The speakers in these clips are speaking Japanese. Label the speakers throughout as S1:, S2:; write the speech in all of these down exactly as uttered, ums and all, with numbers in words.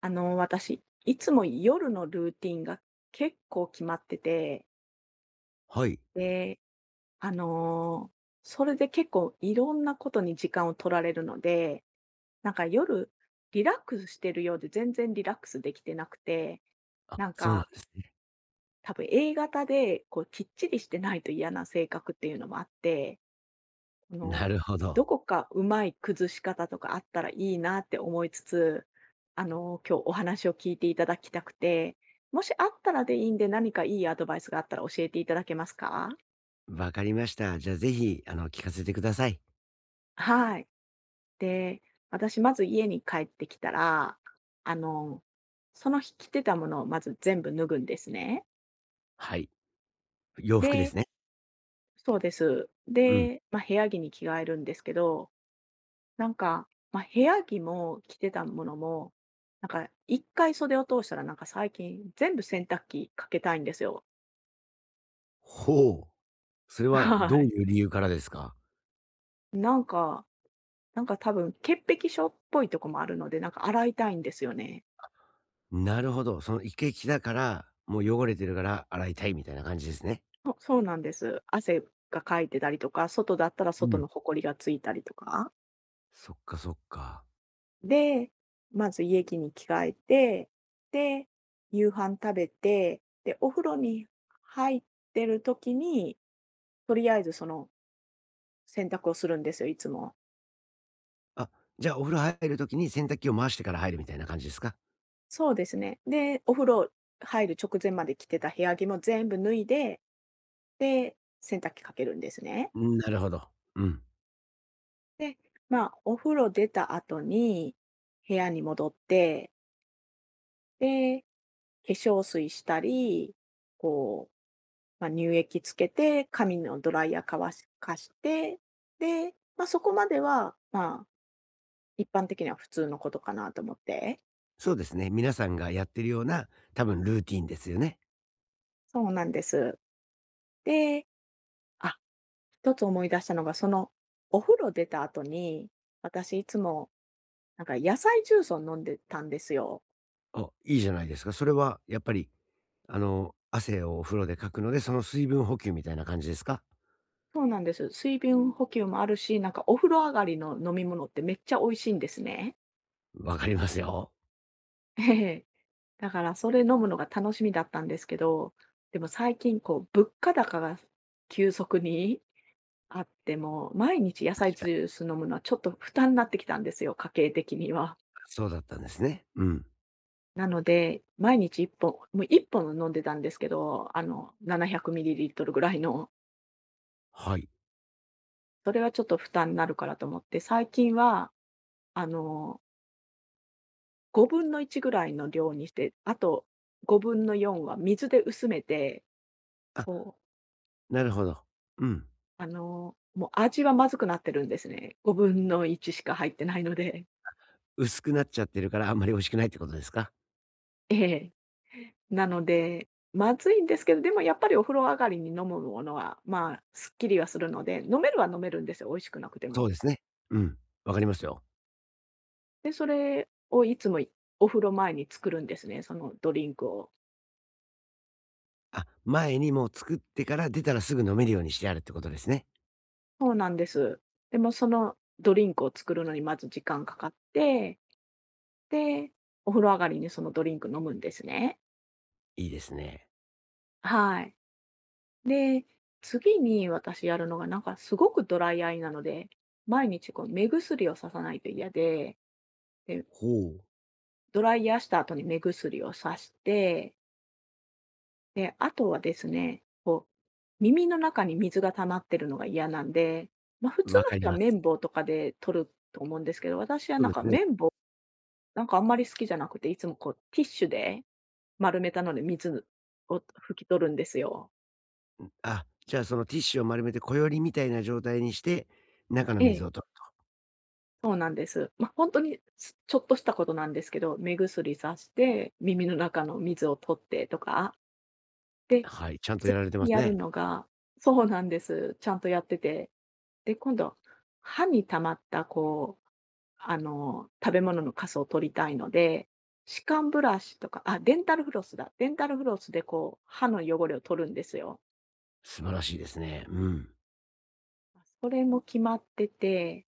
S1: あの、私、いつも夜のルーティンが結構決まってて、
S2: はい。
S1: で、あの、それで結構いろんなことに時間を取られるので、なんか夜リラックスしてるようで全然リラックスできてなくて、な
S2: あ、
S1: ん
S2: そうなん
S1: か
S2: ですね。
S1: 多分 エーがたでこうきっちりしてないと嫌な性格っていうのもあって、あ の、
S2: なるほ
S1: ど
S2: ど。
S1: こかうまい崩し方とかあったらいいなって思いつつ、あの、今日お話を聞いていただきたくて、もしあったらでいいんで、何かいいアドバイスがあったら教えていただけますか？
S2: わかりました。じゃあぜひ、あの、聞かせてください。
S1: はい。で、私まず家に帰ってきたら、あの、その日着てたものをまず全部脱ぐんですね。
S2: はい。洋服
S1: で
S2: ですね。
S1: そうです。
S2: うん。
S1: で、まあ、部屋着に着替えるんですけど、なんか、まあ、部屋着も着てたものも、なんか一回袖を通したら、なんか最近全部洗濯機かけたいんですよ。
S2: ほう。それ は
S1: は
S2: どう
S1: い。
S2: いう理由からですか？
S1: なんかなんか多分潔癖症っぽいとこもあるので、なんか洗いたいんですよね。
S2: なるほど。そのイケキだから、もう汚れてるから洗いたいみたいな感じですね。
S1: そそうなんです。汗がかいてたりとか、外だったら
S2: う
S1: 外
S2: ん。
S1: のほこりがついたりとか。
S2: そっかそっか。
S1: で、まず家着に着替えて、で、夕飯食べて、で、お風呂に入ってる時に、とりあえずその洗濯をするんですよ、いつも。
S2: あ、じゃあお風呂入る時に洗濯機を回してから入るみたいな感じですか？
S1: そうですね。で、お風呂入る直前まで着てた部屋着も全部脱いで、で、洗濯機かけるんですね。
S2: うん、なるほど。うん。
S1: で、まあ、お風呂出た後に部屋に戻って、で、化粧水したり、こう、まあ、乳液つけて、髪のドライヤー乾かして、で、まあ、そこまでは、まあ、一般的には普通のことかなと思って。
S2: そうですね。皆さんがやってるような、多分ルーティンですよね。
S1: そうなんです。で、あ、一つ思い出したのが、その、お風呂出た後に、私いつも、なんか野菜ジュースを飲んでたんですよ。
S2: あ、いいじゃないですか。それはやっぱり、あの、汗をお風呂でかくので、その水分補給みたいな感じですか？
S1: そうなんです。水分補給もあるし、なんかお風呂上がりの飲み物ってめっちゃ美味しいんですね。
S2: わかりますよ。
S1: ええ。だからそれ飲むのが楽しみだったんですけど、でも最近こう物価高が急速にあって、も毎日野
S2: 確
S1: 菜
S2: か
S1: ジュー
S2: に。
S1: ス飲むのはちょっと負担になってきたんですよ、家計的には。
S2: そうだったんですね。うん。
S1: なので、毎日いっぽん、もういっぽん飲んでたんですけど、あの、ななひゃくミリリットル ぐらいの、
S2: はい。
S1: それはちょっと負担になるからと思って、最近は、あの、ごぶんのいちぐらいの量にして、あとごぶんのよんは水で薄めて、
S2: あ、
S1: こう、
S2: なるほど。うん。
S1: あの、もう味はまずくなってるんですね。ごぶんのいちしか入ってないので。
S2: 薄くなっちゃってるから、あんまり美味しくないってことですか？
S1: ええ。なので、まずいんですけど、でもやっぱりお風呂上がりに飲むものは、まあ、すっきりはするので、飲めるは飲めるんですよ、美味しくなくて
S2: そう
S1: も。
S2: ですね。うん、わかりますよ。
S1: で、それをいつもお風呂前に作るんですね、そのドリンクを。
S2: あ、前にもう作ってから出たらすぐ飲めるようにしてあるってことですね。
S1: そうなんです。でもそのドリンクを作るのにまず時間かかって、で、お風呂上がりにそのドリンク飲むんですね。
S2: いいですね。
S1: はい。で、次に私やるのがなんかすごくドライアイなので、毎日こう目薬をささないと嫌で、で、
S2: ほう、
S1: ドライヤーした後に目薬をさして、で、あとはですね、こう、耳の中に水が溜まってるのが嫌なんで、ま、普通
S2: わ
S1: の
S2: かり
S1: 人は
S2: ます。
S1: 綿棒とかで取ると思うんですけど、私は
S2: そう
S1: なん
S2: で
S1: か
S2: すね。
S1: 綿棒、なんかあんまり好きじゃなくて、いつもこうティッシュで丸めたので水を拭き取るんですよ。
S2: あ、じゃあそのティッシュを丸めて、小よりみたいな状態にして、中の
S1: え
S2: 水
S1: え、
S2: を取
S1: そうなんです。ま、ほんに、すちょっとしたことなんですけど、目薬さして、耳の中の水を取ってとか、で、
S2: はい、ちゃんと
S1: 次
S2: やられてま
S1: に
S2: す
S1: やる
S2: ね。
S1: のがそうなんです。ちゃんとやってて。で、今度、歯に溜まった、こう、あの、食べ物のカスを取りたいので、歯間ブラシとか、あ、デンタルフロスだ。デンタルフロスでこう、歯の汚れを取るんですよ。
S2: 素晴らしいですね。うん。
S1: それも決まってて、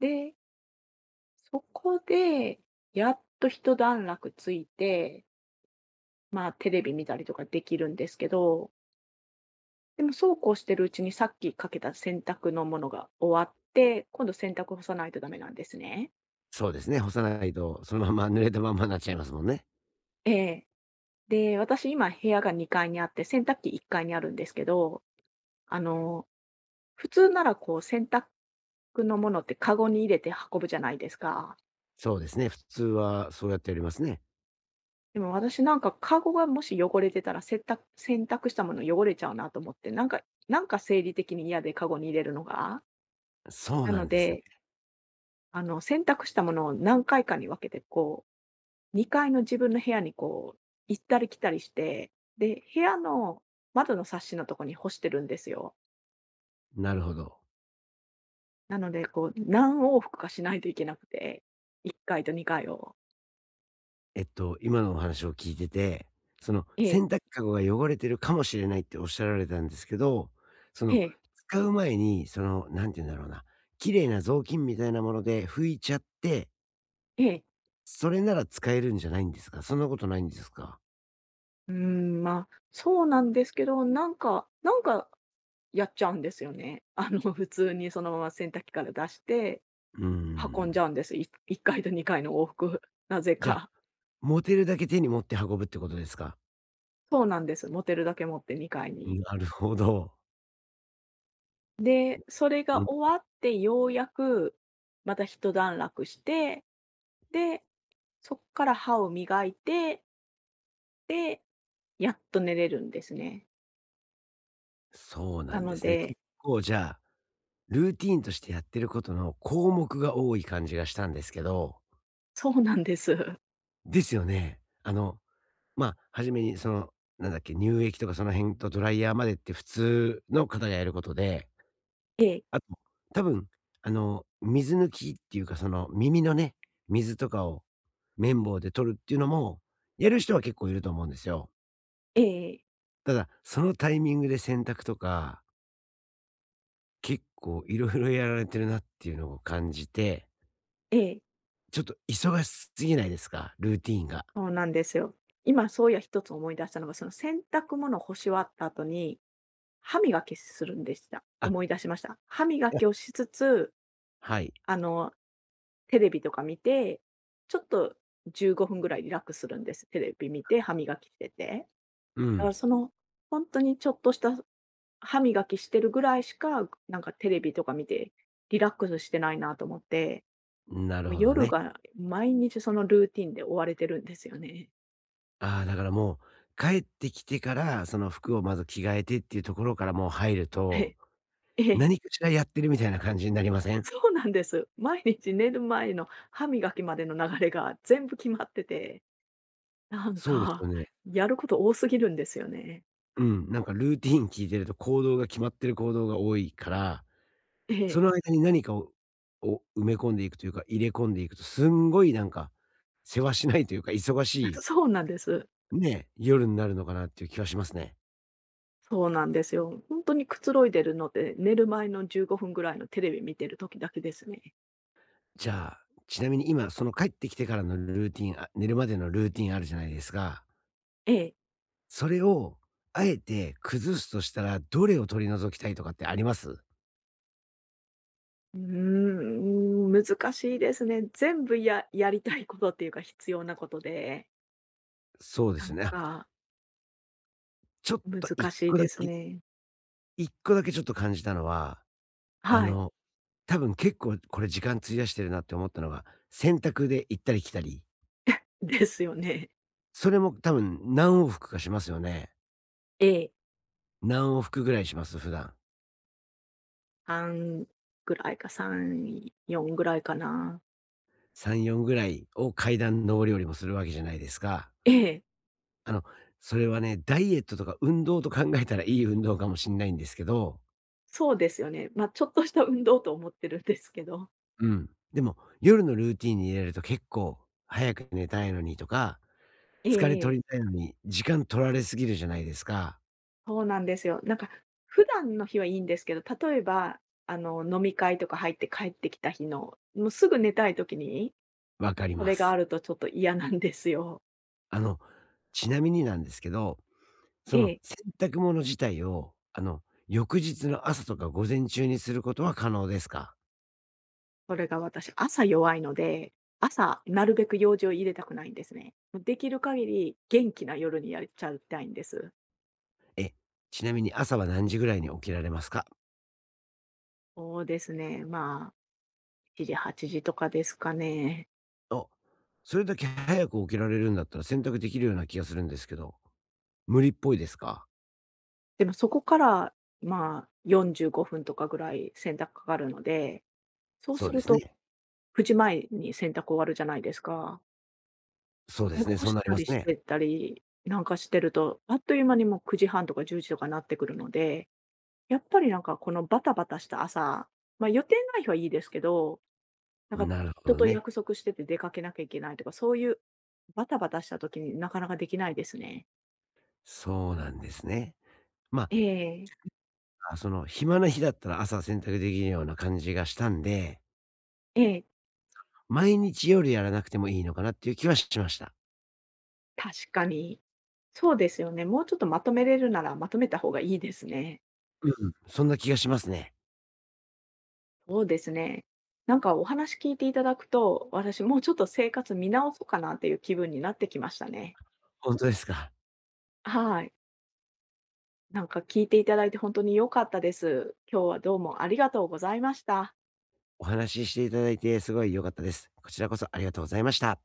S1: で、そこで、やっと一段落ついて、まあ、テレビ見たりとかできるんですけど、でもそうこうしてるうちにさっきかけた洗濯のものが終わって、今度洗濯干さないとダメなんですね。
S2: そうですね、干さないと、そのまま濡れたまんまになっちゃいますもんね。
S1: ええで、私今部屋がにかいにあって、洗濯機いっかいにあるんですけど、あの、普通ならこう洗濯のものってカゴに入れて運ぶじゃないですか。
S2: そうですね、普通はそうやってやりますね。
S1: でも私なんかカゴがもし汚れてたら、洗濯洗濯したもの汚れちゃうなと思って、なんかなんか生理的に嫌でカゴに入れるのが。
S2: そう
S1: な
S2: な
S1: の
S2: んですね。
S1: で、あの洗濯したものを何回かに分けてこう、にかいの自分の部屋にこう、行ったり来たりして、で、部屋の窓のサッシのとこに干してるんですよ。
S2: なるほど。
S1: なので、こう、何往復かしないといけなくて、いっかいとにかいを。
S2: えっと、今のお話を聞いてて、その
S1: ええ、
S2: 洗濯かごが汚れてるかもしれないっておっしゃられたんですけど、そ
S1: え
S2: の
S1: え、
S2: 使う前に、その、なんて言うんだろうな、綺麗な雑巾みたいなもので拭いちゃって、
S1: ええ。
S2: それなら使えるんじゃないんですか、そんなことないんですか。
S1: うーん、ま、あ、そうなんですけど、なんかなんかやっちゃうんですよね。あの、普通にそのまま洗濯機から出して、
S2: うー
S1: 運んじ
S2: ん。
S1: ゃうんです。いいっかいとにかいの往復、なぜ
S2: じゃあ
S1: か。
S2: 持てるだけ手に持って運ぶってことですか？
S1: そうなんです。持てるだけ持ってにかいに。
S2: なるほど。
S1: で、それ
S2: う
S1: が
S2: ん、
S1: 終わってようやく、また一段落して、で、そっから歯を磨いて、でやっと寝れるんですね。
S2: そうな
S1: な
S2: ん
S1: の
S2: ですね。
S1: で
S2: 結構じゃあ、ルーティーンとしてやってることの項目が多い感じがしたんですけど。
S1: そうなんです。
S2: ですよね。あの、まあ、初めにその、なんだっけ、乳液とかその辺とドライヤーまでって普通の方がやることで、
S1: ええ、
S2: あと、多分、あの、水抜きっていうか、その耳のね、水とかを綿棒で取るっていうのも、やる人は結構いると思うんですよ。
S1: ええええ。
S2: ただ、そのタイミングで洗濯とか、結構いろいろやられてるなっていうのを感じて、
S1: ええ
S2: ちょっと忙しすぎないですか？ルーティーンが。
S1: そうなんですよ。今そういや一つ思い出したのが、その洗濯物を干し終わった後に、歯磨きするんでした。
S2: あ、
S1: 思い出しました。歯磨
S2: い
S1: きを
S2: や、
S1: しつつ、
S2: はい。
S1: あの、テレビとか見て、ちょっとじゅうごふんぐらいリラックスするんです。テレビ見て、歯磨きしてて。
S2: う
S1: だか
S2: ん。
S1: らその、本当にちょっとした歯磨きしてるぐらいしか、なんかテレビとか見て、リラックスしてないなと思って
S2: な
S1: も
S2: る
S1: う
S2: ほど
S1: 夜
S2: ね。
S1: が毎日そのルーティンで追われてるんですよね。
S2: ああ、だからもう、帰ってきてから、その服をまず着替えてっていうところからもう入る
S1: は
S2: と、
S1: い。ええ。
S2: 何かしらやってるみたいな感じになりません？
S1: そうなんです。毎日寝る前の歯磨きまでの流れが全部決まってて、なん
S2: そうですよ
S1: か、
S2: ね。
S1: やること多すぎるんですよね。
S2: うん、なんかルーティーン聞いてると行動が決まってる行動が多いから、
S1: え
S2: そ
S1: え。
S2: の間に何かをを埋め込んでいくというか、入れ込んでいくと、すんごいなんか、せわしないというか、忙し い、
S1: そうなんです。
S2: ね、夜になるのかなっていう気はしますね。
S1: そうなんですよ。本当にくつろいでるので、寝る前のじゅうごふんぐらいのテレビ見てる時だけですね。
S2: じゃあ、ちなみに今、その帰ってきてからのルーティン、あ、寝るまでのルーティンあるじゃないですか。
S1: ええ。
S2: それを、あえて崩すとしたら、どれを取り除きたいとかってあります？
S1: ううーん、難しいですね。全部ややりたいことっていうか、必要なことで、
S2: そうで
S1: な
S2: す
S1: ん
S2: ね。あ、
S1: か
S2: ちょっ
S1: 難
S2: と一
S1: しい
S2: 個だ
S1: です
S2: け
S1: ね。
S2: 一個だけちょっと感じたのは、あ
S1: はい。
S2: の、多分結構これ時間費やしてるなって思ったのが、洗濯で行ったり来たり、
S1: ですよね。
S2: それも多分何往復かしますよね。
S1: ええ。
S2: 何往復ぐらいします？普段。
S1: さんぐらいか、さん、よんぐらいかな。
S2: さん、よんぐらいを階段上り下りもするわけじゃないですか。
S1: ええ、
S2: あの、それはね、ダイエットとか運動と考えたらいい運動かもしんないんですけど、
S1: そうですよね。まあ、ちょっとした運動と思ってるんですけど。
S2: うん。でも、夜のルーティンに入れると結構早く寝たいのにとか、
S1: え
S2: 疲れ
S1: ええ。
S2: 取りたいのに時間取られすぎるじゃないですか。
S1: そうなんですよ。なんか普段の日はいいんですけど、例えば、あの、飲み会とか入って帰ってきた日の、もうすぐ寝たい時に、
S2: わかり
S1: そ
S2: ま
S1: れが
S2: す。
S1: あるとちょっと嫌なんですよ。
S2: あの、ちなみになんですけど、
S1: え
S2: その
S1: え。
S2: 洗濯物自体を、あの、翌日の朝とか午前中にすることは可能ですか？
S1: それが私、朝弱いので、朝、なるべく用事を入れたくないんですね。できる限り元気な夜にやっちゃいたいんです。
S2: え、ちなみに朝は何時ぐらいに起きられますか？
S1: そうですね、まあ、しちじ、はちじとかですかね。
S2: お、それだけ早く起きられるんだったら、洗濯できるような気がするんですけど、無理っぽいですか？
S1: でもそこから、まあ、よんじゅうごふんとかぐらい洗濯かかるので、そう
S2: そ
S1: す
S2: うで
S1: る
S2: す
S1: と
S2: ね。
S1: くじまえに洗濯終わるじゃないですか。
S2: そうで
S1: で、
S2: すね、
S1: 干
S2: そう
S1: し
S2: なり
S1: た
S2: ま
S1: り
S2: す
S1: し
S2: ね。
S1: てたりなんかしてると、あっという間にもうくじはんとかじゅうじとかなってくるので、やっぱりなんかこのバタバタした朝、ま、予定ない日はいいですけど、なんか
S2: なるほ
S1: 人
S2: ど
S1: と
S2: ね。
S1: 約束してて出かけなきゃいけないとか、そういうバタバタした時になかなかできないですね。
S2: そうなんですね。ま、
S1: ええ、
S2: あ、あ、その暇な日だったら朝洗濯できるような感じがしたんで、
S1: ええ、
S2: 毎日夜やらなくてもいいのかなっていう気はしました。
S1: 確かに。そうですよね。もうちょっとまとめれるなら、まとめた方がいいですね。
S2: うん、そんな気がしますね。
S1: そうですね。なんかお話聞いていただくと、私もうちょっと生活見直そうかなっていう気分になってきましたね。
S2: 本当ですか？
S1: はい。なんか聞いていただいて本当に良かったです。今日はどうもありがとうございました。
S2: お話ししていただいてすごい良かったです。こちらこそありがとうございました。